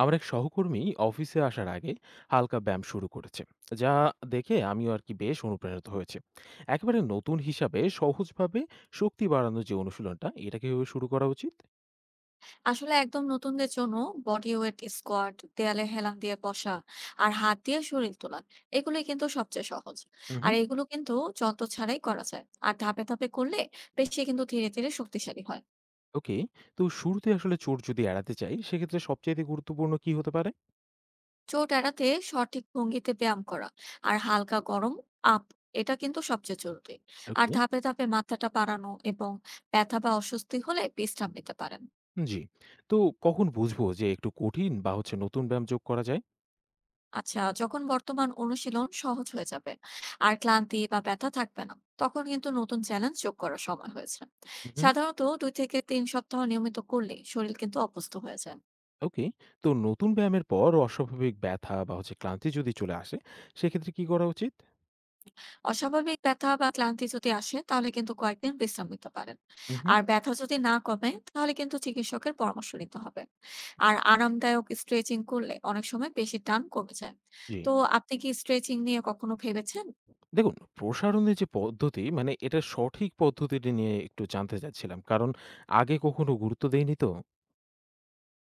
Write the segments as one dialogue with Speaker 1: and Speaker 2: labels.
Speaker 1: আমার এক সহকর্মী অফিসে আসার আগে হালকা ব্যায়াম শুরু করেছে, যা দেখে আমিও আর কি বেশ অনুপ্রাণিত হয়েছে। একেবারে নতুন হিসাবে সহজভাবে শক্তি বাড়ানোর যে অনুশীলনটা, এটাকে কিভাবে শুরু করা উচিত?
Speaker 2: আসলে একদম নতুনদের জন্য বডি ওয়েট স্কোয়াট, দেয়ালে হেলান দিয়ে বসা আর হাত দিয়ে শরীর তোলা, এগুলো কিন্তু সবচেয়ে সহজ। আর
Speaker 1: হুম।
Speaker 2: এগুলো কিন্তু যন্ত্র ছাড়াই করা যায়, আর ধাপে ধাপে করলে পেশি কিন্তু ধীরে ধীরে শক্তিশালী হয়।
Speaker 1: ওকে। তো শুরুতে আসলে চোট যদি এড়াতে চাই, সেক্ষেত্রে সবচেয়ে গুরুত্বপূর্ণ কি হতে পারে?
Speaker 2: চোট এড়াতে সঠিক ভঙ্গিতে ব্যায়াম করা আর হালকা গরম আপ, এটা কিন্তু সবচেয়ে জরুরি। আর
Speaker 1: ওকে।
Speaker 2: ধাপে ধাপে মাথাটা বাড়ানো, এবং ব্যথা বা অস্বস্তি হলে বিশ্রাম নিতে পারেন।
Speaker 1: জি। তো কখন বুঝবো যে একটু কঠিন বা নতুন ব্যায়াম যোগ করা যায়?
Speaker 2: আচ্ছা, যখন বর্তমান অনুশীলন সহজ হয়ে যাবে আর ক্লান্তি বা ব্যথা থাকবে না, তখন কিন্তু নতুন চ্যালেঞ্জ যোগ করার সময় হয়েছে।
Speaker 1: হুম।
Speaker 2: সাধারণত দুই থেকে তিন সপ্তাহ নিয়মিত করলে শরীর কিন্তু অভ্যস্ত হয়ে যায়।
Speaker 1: ওকে। তো নতুন ব্যায়ামের পর অস্বাভাবিক ব্যথা বা ক্লান্তি যদি চলে আসে, সেক্ষেত্রে কি করা উচিত?
Speaker 2: অস্বাভাবিক ব্যথা বা ক্লান্তি যদি আসে, তাহলে কিন্তু কয়েকদিন বিশ্রাম নিতে পারেন।
Speaker 1: হুম।
Speaker 2: আর ব্যথা যদি না কমে, তাহলে কিন্তু চিকিৎসকের পরামর্শ নিতে হবে। আর আরামদায়ক স্ট্রেচিং করলে অনেক সময় পেশির টান কমে যায়।
Speaker 1: জি।
Speaker 2: তো আপনি কি স্ট্রেচিং নিয়ে কখনো ভেবেছেন?
Speaker 1: দেখুন, প্রসারণের যে পদ্ধতি মানে এটার সঠিক পদ্ধতিটি নিয়ে একটু জানতে চাচ্ছিলাম। কারণ আগে কখনো গুরুত্ব দেইনি তো।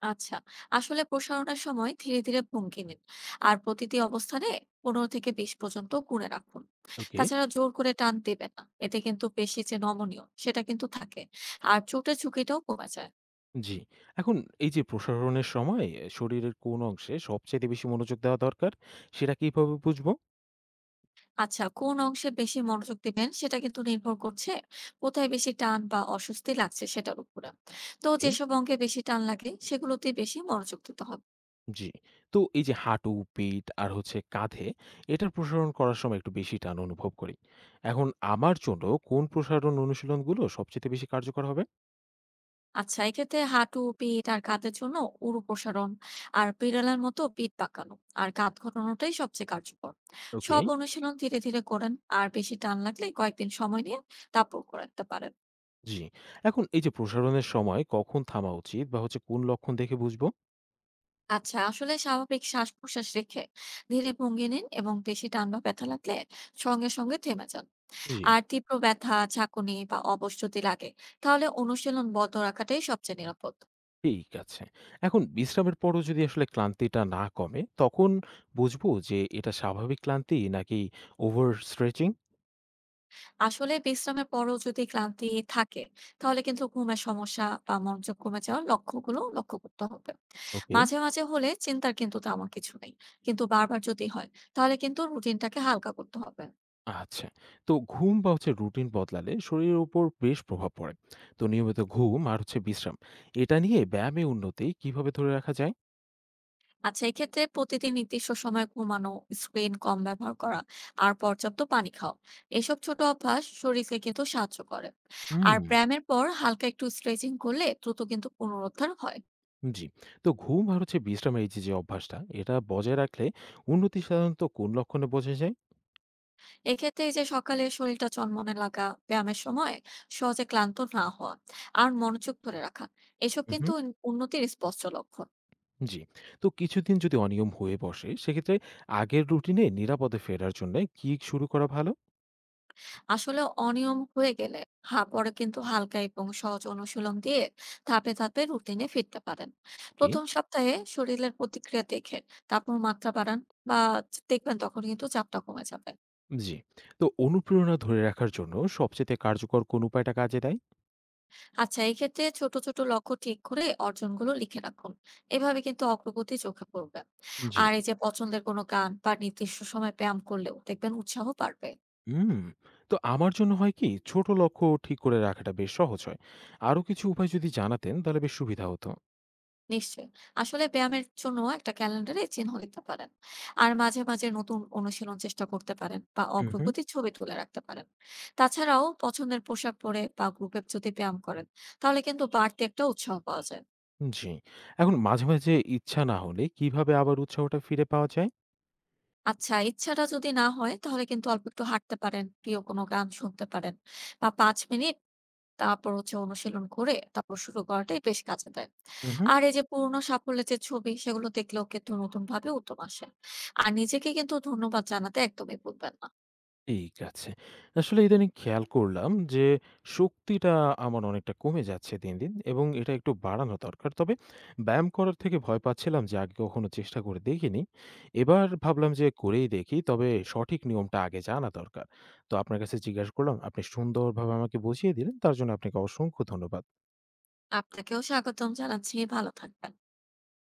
Speaker 2: আচ্ছা, আসলে প্রসারণের সময় ধীরে ধীরে ভঙ্গি নিন, আর প্রতিটি অবস্থানে ১৫ থেকে ২০ পর্যন্ত গুণে রাখুন।
Speaker 1: ওকে।
Speaker 2: তাছাড়া জোর করে টান দেবেন না, এতে কিন্তু পেশি যে নমনীয় সেটা কিন্তু থাকে, আর চোটের ঝুঁকিটাও কমে যায়।
Speaker 1: জি। এখন এই যে প্রসারণের সময় শরীরের কোন অংশে সবচাইতে বেশি মনোযোগ দেওয়া দরকার, সেটা কিভাবে বুঝবো?
Speaker 2: আচ্ছা, কোন অংশে বেশি মনোযোগ দিবেন সেটা কিন্তু নির্ভর করছে কোথায় বেশি টান বা অস্বস্তি লাগছে সেটার উপরে। তো
Speaker 1: ওকে।
Speaker 2: যেসব অঙ্গে বেশি টান লাগে সেগুলোতে বেশি মনোযোগ দিতে হবে।
Speaker 1: জি। তো এই যে হাঁটু, পিঠ আর কাঁধে এটার প্রসারণ করার সময় একটু বেশি টান অনুভব করি। এখন আমার জন্য কোন প্রসারণ অনুশীলনগুলো সবচাইতে বেশি কার্যকর হবে?
Speaker 2: আচ্ছা, এক্ষেত্রে হাঁটু, পিঠ আর কাঁধের জন্য উরু প্রসারণ আর বিড়ালের মতো পিঠ পাকানো আর কাঁধ ঘোরানোটাই সবচেয়ে কার্যকর।
Speaker 1: ওকে।
Speaker 2: সব অনুশীলন ধীরে ধীরে করেন, আর বেশি টান লাগলে কয়েকদিন সময় নিয়ে তারপর করাতে পারেন।
Speaker 1: জি। এখন এই যে প্রসারণের সময় কখন থামা উচিত বা কোন লক্ষণ দেখে বুঝবো?
Speaker 2: আচ্ছা, আসলে স্বাভাবিক শ্বাস প্রশ্বাস রেখে ধীরে ভঙ্গি নিন, এবং বেশি টান বা ব্যথা লাগলে সঙ্গে সঙ্গে থেমে যান।
Speaker 1: জি।
Speaker 2: আর তীব্র ব্যথা, ঝাঁকুনি বা অবশ যদি লাগে, তাহলে অনুশীলন বন্ধ রাখাটাই সবচেয়ে নিরাপদ।
Speaker 1: ঠিক আছে। এখন বিশ্রামের পরও যদি আসলে ক্লান্তিটা না কমে, তখন বুঝবো যে এটা স্বাভাবিক ক্লান্তি নাকি ওভার স্ট্রেচিং?
Speaker 2: আসলে বিশ্রামের পরও যদি ক্লান্তি থাকে, তাহলে কিন্তু ঘুমের সমস্যা বা মনোযোগ কমে যাওয়ার লক্ষণগুলো লক্ষ্য করতে হবে।
Speaker 1: ওকে।
Speaker 2: মাঝে মাঝে হলে চিন্তার কিন্তু তেমন কিছু নেই, কিন্তু বারবার যদি হয়, তাহলে কিন্তু রুটিনটাকে হালকা করতে হবে।
Speaker 1: আচ্ছা। তো ঘুম বা রুটিন বদলালে শরীরের উপর বেশ প্রভাব পড়ে। তো নিয়মিত ঘুম আর বিশ্রাম, এটা নিয়ে ব্যায়ামে উন্নতি কিভাবে ধরে রাখা যায়?
Speaker 2: আচ্ছা, এক্ষেত্রে প্রতিদিন নির্দিষ্ট সময় ঘুমানো, স্ক্রিন কম ব্যবহার করা, আর পর্যাপ্ত পানি খাও, এসব ছোট অভ্যাস শরীরকে কিন্তু সাহায্য করে।
Speaker 1: হুম।
Speaker 2: আর ব্যায়ামের পর হালকা একটু স্ট্রেচিং করলে দ্রুত কিন্তু পুনরুদ্ধার হয়।
Speaker 1: জি। তো ঘুম আর বিশ্রামের এই যে, যে অভ্যাসটা, এটা বজায় রাখলে উন্নতি সাধারণত কোন লক্ষণে বোঝা যায়?
Speaker 2: এক্ষেত্রে এই যে সকালে শরীরটা চনমনে লাগা, ব্যায়ামের সময় সহজে ক্লান্ত না হওয়া আর মনোযোগ ধরে রাখা, এসব কিন্তু
Speaker 1: উহু,
Speaker 2: উন্নতির স্পষ্ট লক্ষণ।
Speaker 1: জি। তো কিছুদিন যদি অনিয়ম হয়ে বসে, সেক্ষেত্রে আগের রুটিনে নিরাপদে ফেরার জন্যে কি শুরু করা ভালো?
Speaker 2: আসলে অনিয়ম হয়ে গেলে হা পরে কিন্তু হালকা এবং সহজ অনুশীলন দিয়ে ধাপে ধাপে রুটিনে ফিরতে পারেন।
Speaker 1: ওকে,
Speaker 2: প্রথম সপ্তাহে শরীরের প্রতিক্রিয়া দেখে তারপর মাত্রা বাড়ান, বা দেখবেন তখন কিন্তু চাপটা কমে যাবে।
Speaker 1: জি। তো অনুপ্রেরণা ধরে রাখার জন্য সবচাইতে কার্যকর কোন উপায়টা কাজে দেয়?
Speaker 2: আচ্ছা, এক্ষেত্রে ছোট ছোট লক্ষ্য ঠিক করে অর্জনগুলো লিখে রাখুন, এভাবে কিন্তু অগ্রগতি চোখে পড়বে।
Speaker 1: জি।
Speaker 2: আর এই যে পছন্দের কোনো গান বা নির্দিষ্ট সময় ব্যায়াম করলেও দেখবেন উৎসাহ বাড়বে।
Speaker 1: হুম। তো আমার জন্য হয় কি, ছোট লক্ষ্য ঠিক করে রাখাটা বেশ সহজ হয়। আরো কিছু উপায় যদি জানাতেন, তাহলে বেশ সুবিধা হতো।
Speaker 2: নিশ্চয়ই, আসলে ব্যায়ামের জন্য একটা ক্যালেন্ডারে চিহ্ন দিতে পারেন, আর মাঝে মাঝে নতুন অনুশীলন চেষ্টা করতে পারেন, বা
Speaker 1: উহু।
Speaker 2: অগ্রগতির ছবি তুলে রাখতে পারেন। তাছাড়াও পছন্দের পোশাক পরে বা গ্রুপে যদি ব্যায়াম করেন, তাহলে কিন্তু বাড়তি একটা উৎসাহ পাওয়া যায়।
Speaker 1: জি। এখন মাঝে মাঝে ইচ্ছা না হলে কিভাবে আবার উৎসাহটা ফিরে পাওয়া যায়?
Speaker 2: আচ্ছা, ইচ্ছাটা যদি না হয় তাহলে কিন্তু অল্প একটু হাঁটতে পারেন, প্রিয় কোনো গান শুনতে পারেন বা ৫ মিনিট, তারপর হচ্ছে অনুশীলন করে তারপর শুরু করাটাই বেশ কাজে দেয়।
Speaker 1: উহু।
Speaker 2: আর এই যে পুরোনো সাফল্যের যে ছবি সেগুলো দেখলেও কিন্তু নতুনভাবে উদ্যম আসে। আর নিজেকে কিন্তু ধন্যবাদ জানাতে একদমই ভুলবেন না।
Speaker 1: ঠিক আছে। আসলে ইদানিং খেয়াল করলাম যে শক্তিটা আমার অনেকটা কমে যাচ্ছে দিন দিন এবং এটা একটু বাড়ানো দরকার। তবে ব্যায়াম করার থেকে ভয় পাচ্ছিলাম যে আগে কখনো চেষ্টা করে দেখিনি। এবার ভাবলাম যে করেই দেখি। তবে সঠিক নিয়মটা আগে জানা দরকার। তো আপনার কাছে জিজ্ঞাসা করলাম, আপনি সুন্দরভাবে আমাকে বুঝিয়ে দিলেন। তার জন্য আপনাকে অসংখ্য ধন্যবাদ।
Speaker 2: আপনাকেও স্বাগতম জানাচ্ছি, ভালো থাকবেন।